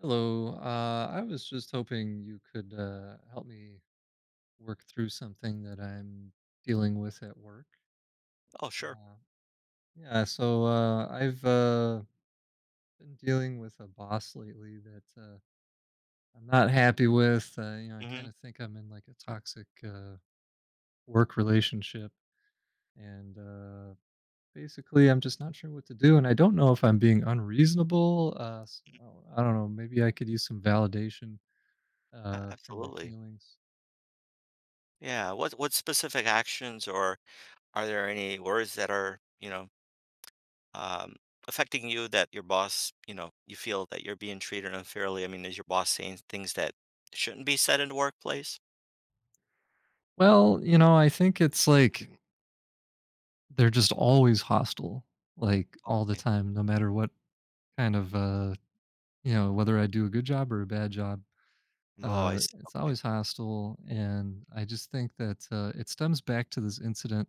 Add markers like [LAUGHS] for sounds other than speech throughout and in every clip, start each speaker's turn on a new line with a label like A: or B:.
A: Hello. I was just hoping you could help me work through something that I'm dealing with at work.
B: Oh, sure.
A: Uh, I've been dealing with a boss lately that I'm not happy with. You know, I kind
B: Mhm,
A: of think I'm in like a toxic work relationship, and basically, I'm just not sure what to do, and I don't know if I'm being unreasonable.
B: mhm.
A: So I don't know. Maybe I could use some validation for my
B: Absolutely.
A: feelings.
B: Yeah, what specific actions or are there any words that are, you know, um, affecting you that your boss, you know, you feel that you're being treated unfairly? I mean, is your boss saying things that shouldn't be said in the workplace?
A: Well, you know, I think it's like they're just always hostile, like all the
B: Okay.
A: time, no matter what kind of, you know, whether I do a good job or a bad job.
B: Oh, I see,
A: It's
B: okay.
A: always hostile. And I just think that it stems back to this incident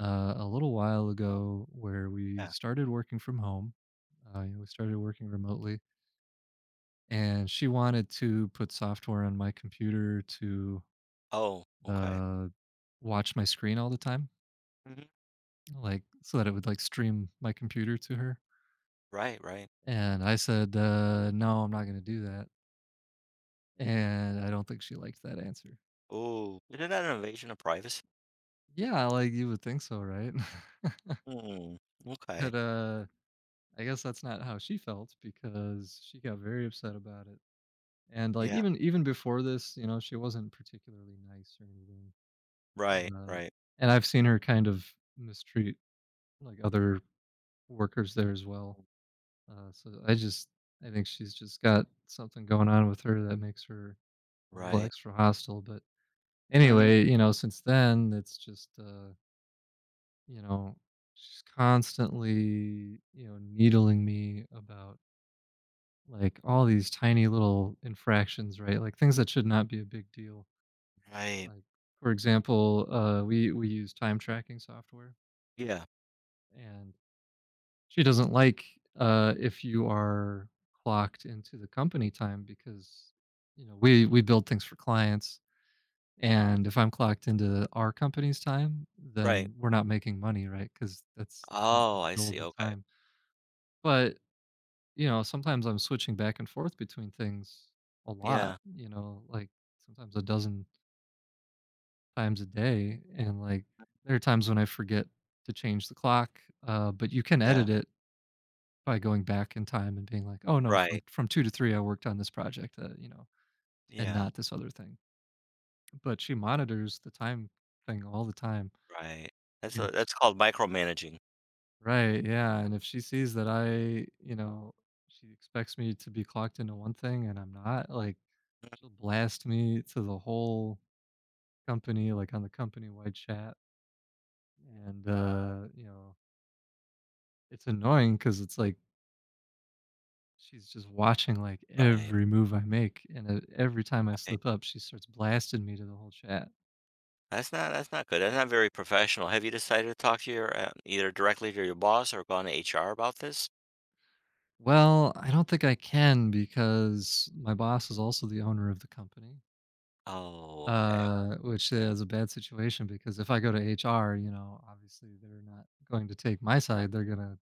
A: a little while ago where we
B: Yeah.
A: started working from home. You know, we started working remotely, and she wanted to put software on my computer to
B: Oh, okay.
A: uh, watch my screen all the time
B: Mhm.
A: like so that it would like stream my computer to her.
B: Right, right.
A: And I said, "No, I'm not going to do that." And I don't think she liked that answer.
B: Oh, isn't that an invasion of privacy?
A: Yeah, like you would think so, right? [LAUGHS]
B: Mm, okay.
A: But I guess that's not how she felt because she got very upset about it. And like
B: Yeah.
A: even before this, you know, she wasn't particularly nice or anything.
B: Right,
A: And, uh,
B: right,
A: and I've seen her kind of mistreat like other workers there as well. Uh, so I just I think she's just got something going on with her that makes her a little
B: right.
A: extra hostile. But
B: Mhm.
A: anyway, you know, since then it's just you know, she's constantly, you know, needling me about like all these tiny little infractions, right? Like things that should not be a big deal.
B: Right.
A: Like for example, we use time tracking software,
B: Yeah,
A: and she doesn't like, if you are clocked into the company time because, you know, we build things for clients, and if I'm clocked into our company's time,
B: right.
A: then we're not making money, right, because that's not
B: Oh, I see,
A: billable
B: okay.
A: time. But, you know, sometimes I'm switching back and forth between things a lot,
B: Yeah,
A: you know, like, sometimes a dozen times a day, and, like, there are times when I forget to change the clock, but you can
B: yeah,
A: edit it by going back in time and being like, "Oh, no,
B: right.
A: from 2 to 3, I worked on this project that," you know, and
B: Yeah,
A: not this other thing. But she monitors the time thing all the time,
B: right. That's
A: and
B: a,
A: if sh
B: that's called micromanaging.
A: right, yeah, and if she sees that she expects me to be clocked into one thing and I'm not, like, she'll blast me to the whole company, like, on the company-wide chat, and, you know, it's annoying because it's like she's just watching, like,
B: Right,
A: every move I make, and, every time I
B: right.
A: slip up, she starts blasting me to the whole chat.
B: That's not, that's not good. That's not very professional. Have you decided to talk to your either directly to your boss or gone to HR about this?
A: Well, I don't think I can because my boss is also the owner of the company,
B: Oh, okay.
A: which is a bad situation because if I go to HR, you know, obviously, they're not going to take my side, they're gonna,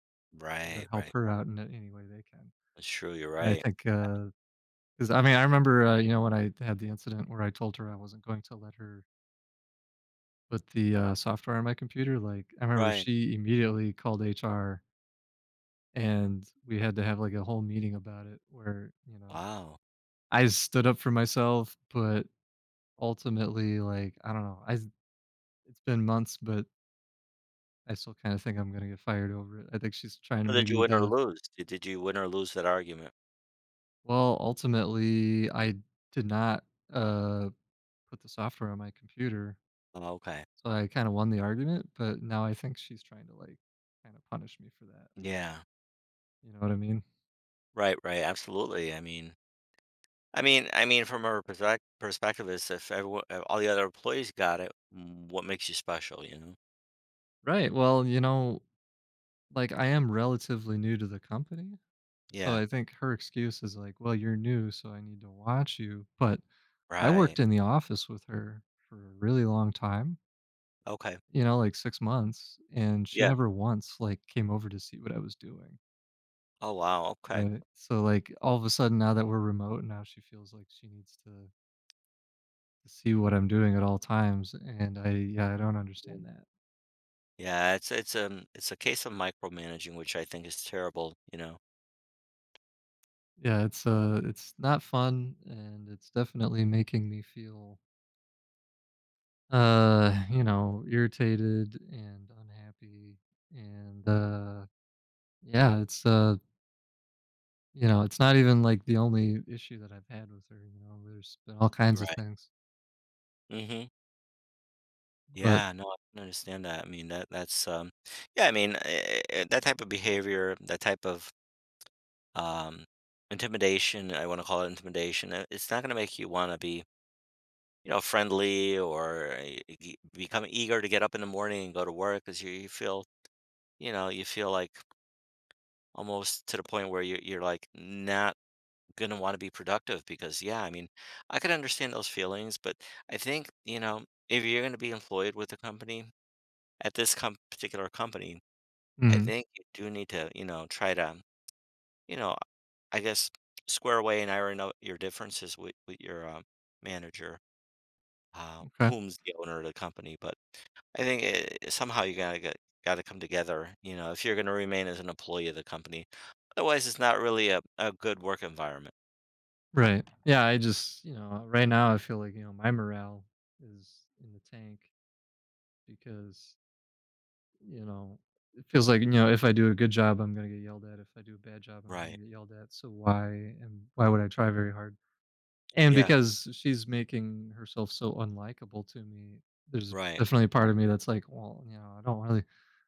A: you
B: Right,
A: know, help
B: right.
A: her out in any way they can.
B: That's true, you're
A: And I
B: right.
A: think, because I mean, I remember, you know, when I had the incident where I told her I wasn't going to let her with the, software on my computer, like, I remember
B: Right.
A: she immediately called HR, and we had to have, like, a whole meeting about it where, you know,
B: Wow.
A: I stood up for myself, but ultimately, like, I don't know, I s it's been months, but I still kinda think I'm gonna get fired over it. I think she's trying to
B: So did you
A: maybe
B: win or
A: to,
B: lose? Did you win or lose that argument?
A: well, ultimately, I did not, uh, put the software on my computer,
B: Oh, okay.
A: so I kinda won the argument, but now I think she's trying to, like, kinda punish me for that,
B: Yeah.
A: you know what I mean?
B: Right, right. Absolutely. I mean, from her perspective, is if everyone, if all the other employees got it, mm, what makes you special, you know?
A: Right. Well, you know, like I am relatively new to the company. So
B: Yeah,
A: I think her excuse is like, well, you're new, so I need to watch you. But I
B: right.
A: worked in the office with her for a really long time,
B: Okay.
A: you know, like 6 months, and she
B: Yeah.
A: never once like came over to see what I was doing.
B: Oh wow. Okay.
A: Right. So like all of a sudden now that we're remote, now she feels like she needs to see what I'm doing at all times. And I yeah, I don't understand
B: Mm.
A: that.
B: Yeah, it's, it's a case of micromanaging, which I think is terrible, you know.
A: Yeah, it's not fun and it's definitely making me feel you know, irritated and unhappy and, yeah, it's, you know, it's not even, like, the only issue that I've had with her, you know, there's been all kinds of
B: Right.
A: things,
B: Mm-hmm.
A: but
B: Yeah, no, I can understand that. I mean that, that's yeah, I mean that type of behavior, that type of um intimidation. I want to call it intimidation. It's not going to make you want to be, you know, friendly or become eager to get up in the morning and go to work because you feel, you know, you feel like almost to the point where you're like not going to want to be productive because yeah, I mean I could understand those feelings, but I think, you know, if you're going to be employed with a company, at this particular company, I
A: mhm,
B: think you do need to, you know, try to, you know, I guess square away and iron out your differences with your manager,
A: okay,
B: whom's the owner of the company. But I think it, somehow you gotta get, gotta come together, you know, if you're going to remain as an employee of the company, otherwise it's not really a good work environment.
A: right. Yeah, I just, you know, right now I feel like, you know, my morale is in the tank because, you know, it feels like, you know, if I do a good job, I'm gonna get yelled at, if I do a bad job, I'm
B: Right.
A: gonna get yelled at, so why would I try very hard? And
B: Yeah,
A: because she's making herself so unlikable to me, there's
B: right.
A: definitely a part of me that's like, "Well, you know, I don't really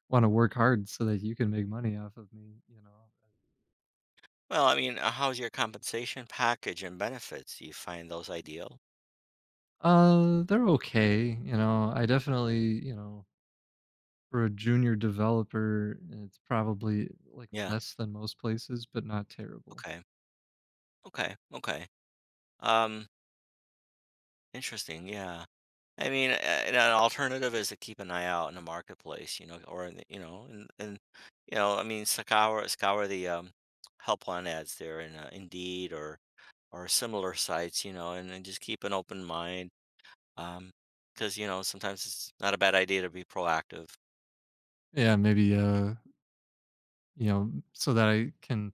A: wanna work hard so that you can make money off of me," you know?
B: Well, I mean, how's your compensation package and benefits? Do you find those ideal?
A: They're okay, you know, I definitely, you know, for a junior developer, it's probably, like,
B: Yeah.
A: less than most places, but not terrible.
B: Okay. Okay. Okay. Um, interesting. Yeah. I mean, and an alternative is to keep an eye out in the marketplace, you know, or in the, you know, and you know, I mean, scour the helpline ads there in Indeed or similar sites, you know, and just keep an open mind. Um, because you know, sometimes it's not a bad idea to be proactive.
A: Yeah, maybe, you know, so that I can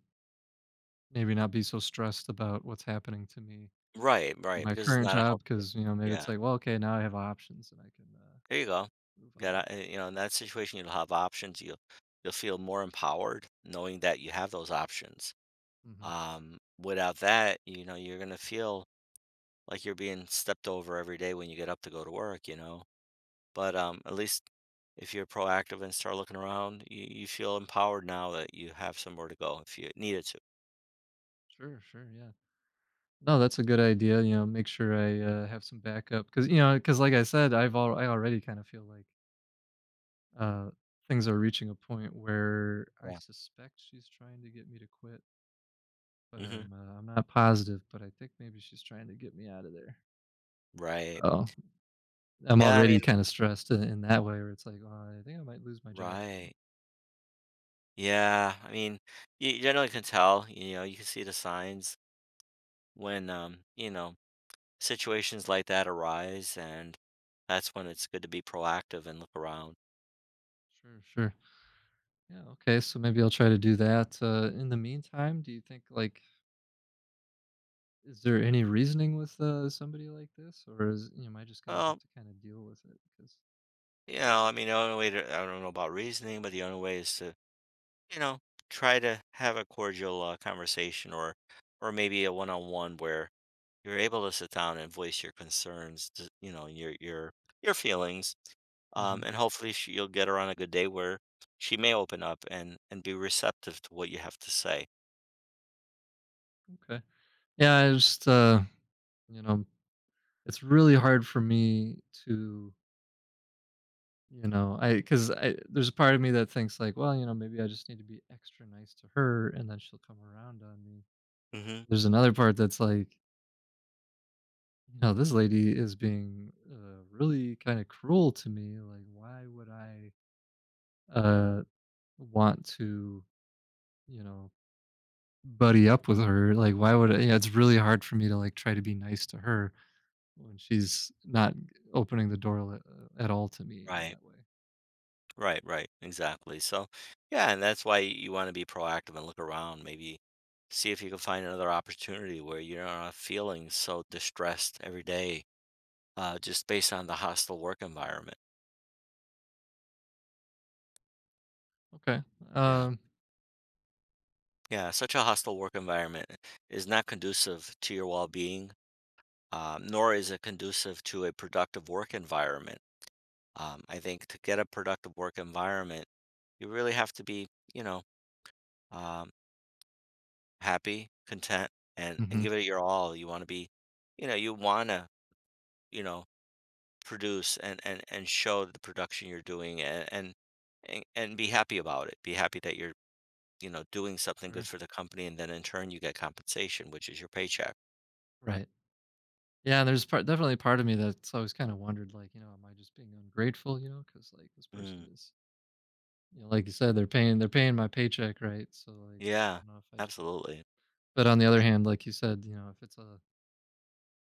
A: maybe not be so stressed about what's happening to me.
B: Right. Right.
A: My
B: Because it's
A: current
B: not a
A: job
B: help.
A: because, you know, maybe
B: Yeah.
A: it's like, well, okay, now I have options and I can
B: There you go.
A: move on.
B: Got to, you know, in that situation, you'll have options. You'll feel more empowered knowing that you have those options.
A: Hmm.
B: Without that, you know, you're gonna feel like you're being stepped over every day when you get up to go to work. You know, but at least if you're proactive and start looking around, you feel empowered now that you have somewhere to go if you needed to.
A: Sure, sure, yeah. No, that's a good idea. You know, make sure I have some backup because you know, because like I said, I already kind of feel like uh, things are reaching a point where I
B: Yeah.
A: suspect she's trying to get me to quit, but
B: Hmm.
A: I'm not positive, but I think maybe she's trying to get me out of there.
B: Right.
A: Oh, I'm
B: Yeah. I
A: already
B: mean,
A: kind of stressed in that way, where it's like, oh, I think I might lose my job soon.
B: right. Yeah. I mean, you generally can tell. You know, you can see the signs when you know situations like that arise, and that's when it's good to be proactive and look around.
A: Sure, sure. Yeah, okay, so maybe I'll try to do that. In the meantime, do you think like is there any reasoning with somebody like this, or is, you know, am I just gonna have
B: Well,
A: to kind of deal with it? Because
B: you know, I mean, the only way to, I don't know about reasoning, but the only way is to, you know, try to have a cordial conversation, or maybe a one-on-one where you're able to sit down and voice your concerns, to, you know, your feelings.
A: hmm
B: And hopefully she, you'll get her on a good day where she may open up and be receptive to what you have to say.
A: okay, yeah, I just you know, it's really hard for me to, you know, I because I there's a part of me that thinks like, well, you know, maybe I just need to be extra nice to her, and then she'll come around on me.
B: Hmm.
A: There's another part that's like, no, this lady is being, really kinda cruel to me, like, why would I, uh, want to, you know, buddy up with her? Like, why would I yeah, it's really hard for me to, like, try to be nice to her when she's not opening the door li at all to me in
B: Right.
A: that way.
B: Right, right, exactly. So, yeah, and that's why you want to be proactive and look around, maybe see if you can find another opportunity where you're not feeling so distressed every day, just based on the hostile work environment.
A: Okay,
B: Yeah,
A: um
B: yeah, such a hostile work environment is not conducive to your well-being, nor is it conducive to a productive work environment. I think to get a productive work environment, you really have to be, you know, um, happy, content, and
A: mhm,
B: give it your all. You wanna be, you know, you wanna, you know, produce and show the production you're doing, and be happy about it. Be happy that you're, you know, doing something good
A: sure,
B: for the company, and then in turn, you get compensation, which is your paycheck.
A: right. Yeah, and there's part definitely part of me that's always kinda wondered, like, you know, am I just being ungrateful, you know, because like, this
B: Mm.
A: person is, you know, like you said, they're paying my paycheck, right? So, like,
B: Yeah.
A: I don't know if I should,
B: Absolutely.
A: but on the other hand, like you said, you know, if it's a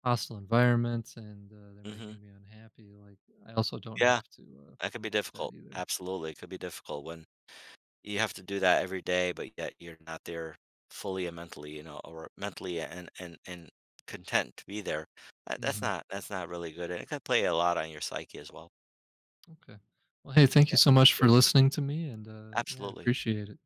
A: hostile environment and, they're
B: Mhm.
A: making me unhappy, like, I also don't have
B: Yeah.
A: to,
B: That
A: put
B: could be
A: up with
B: difficult.
A: that either.
B: Absolutely, it could be difficult when you have to do that every day, but yet you're not there fully and mentally, you know, or mentally and, and content to be there. That, that's
A: Mhm.
B: not, that's not really good, and it can play a lot on your psyche as well.
A: Okay. Well, hey, thank
B: Yeah,
A: you so
B: thank
A: much
B: you.
A: for listening to me, and, yeah, I
B: Absolutely.
A: appreciate it.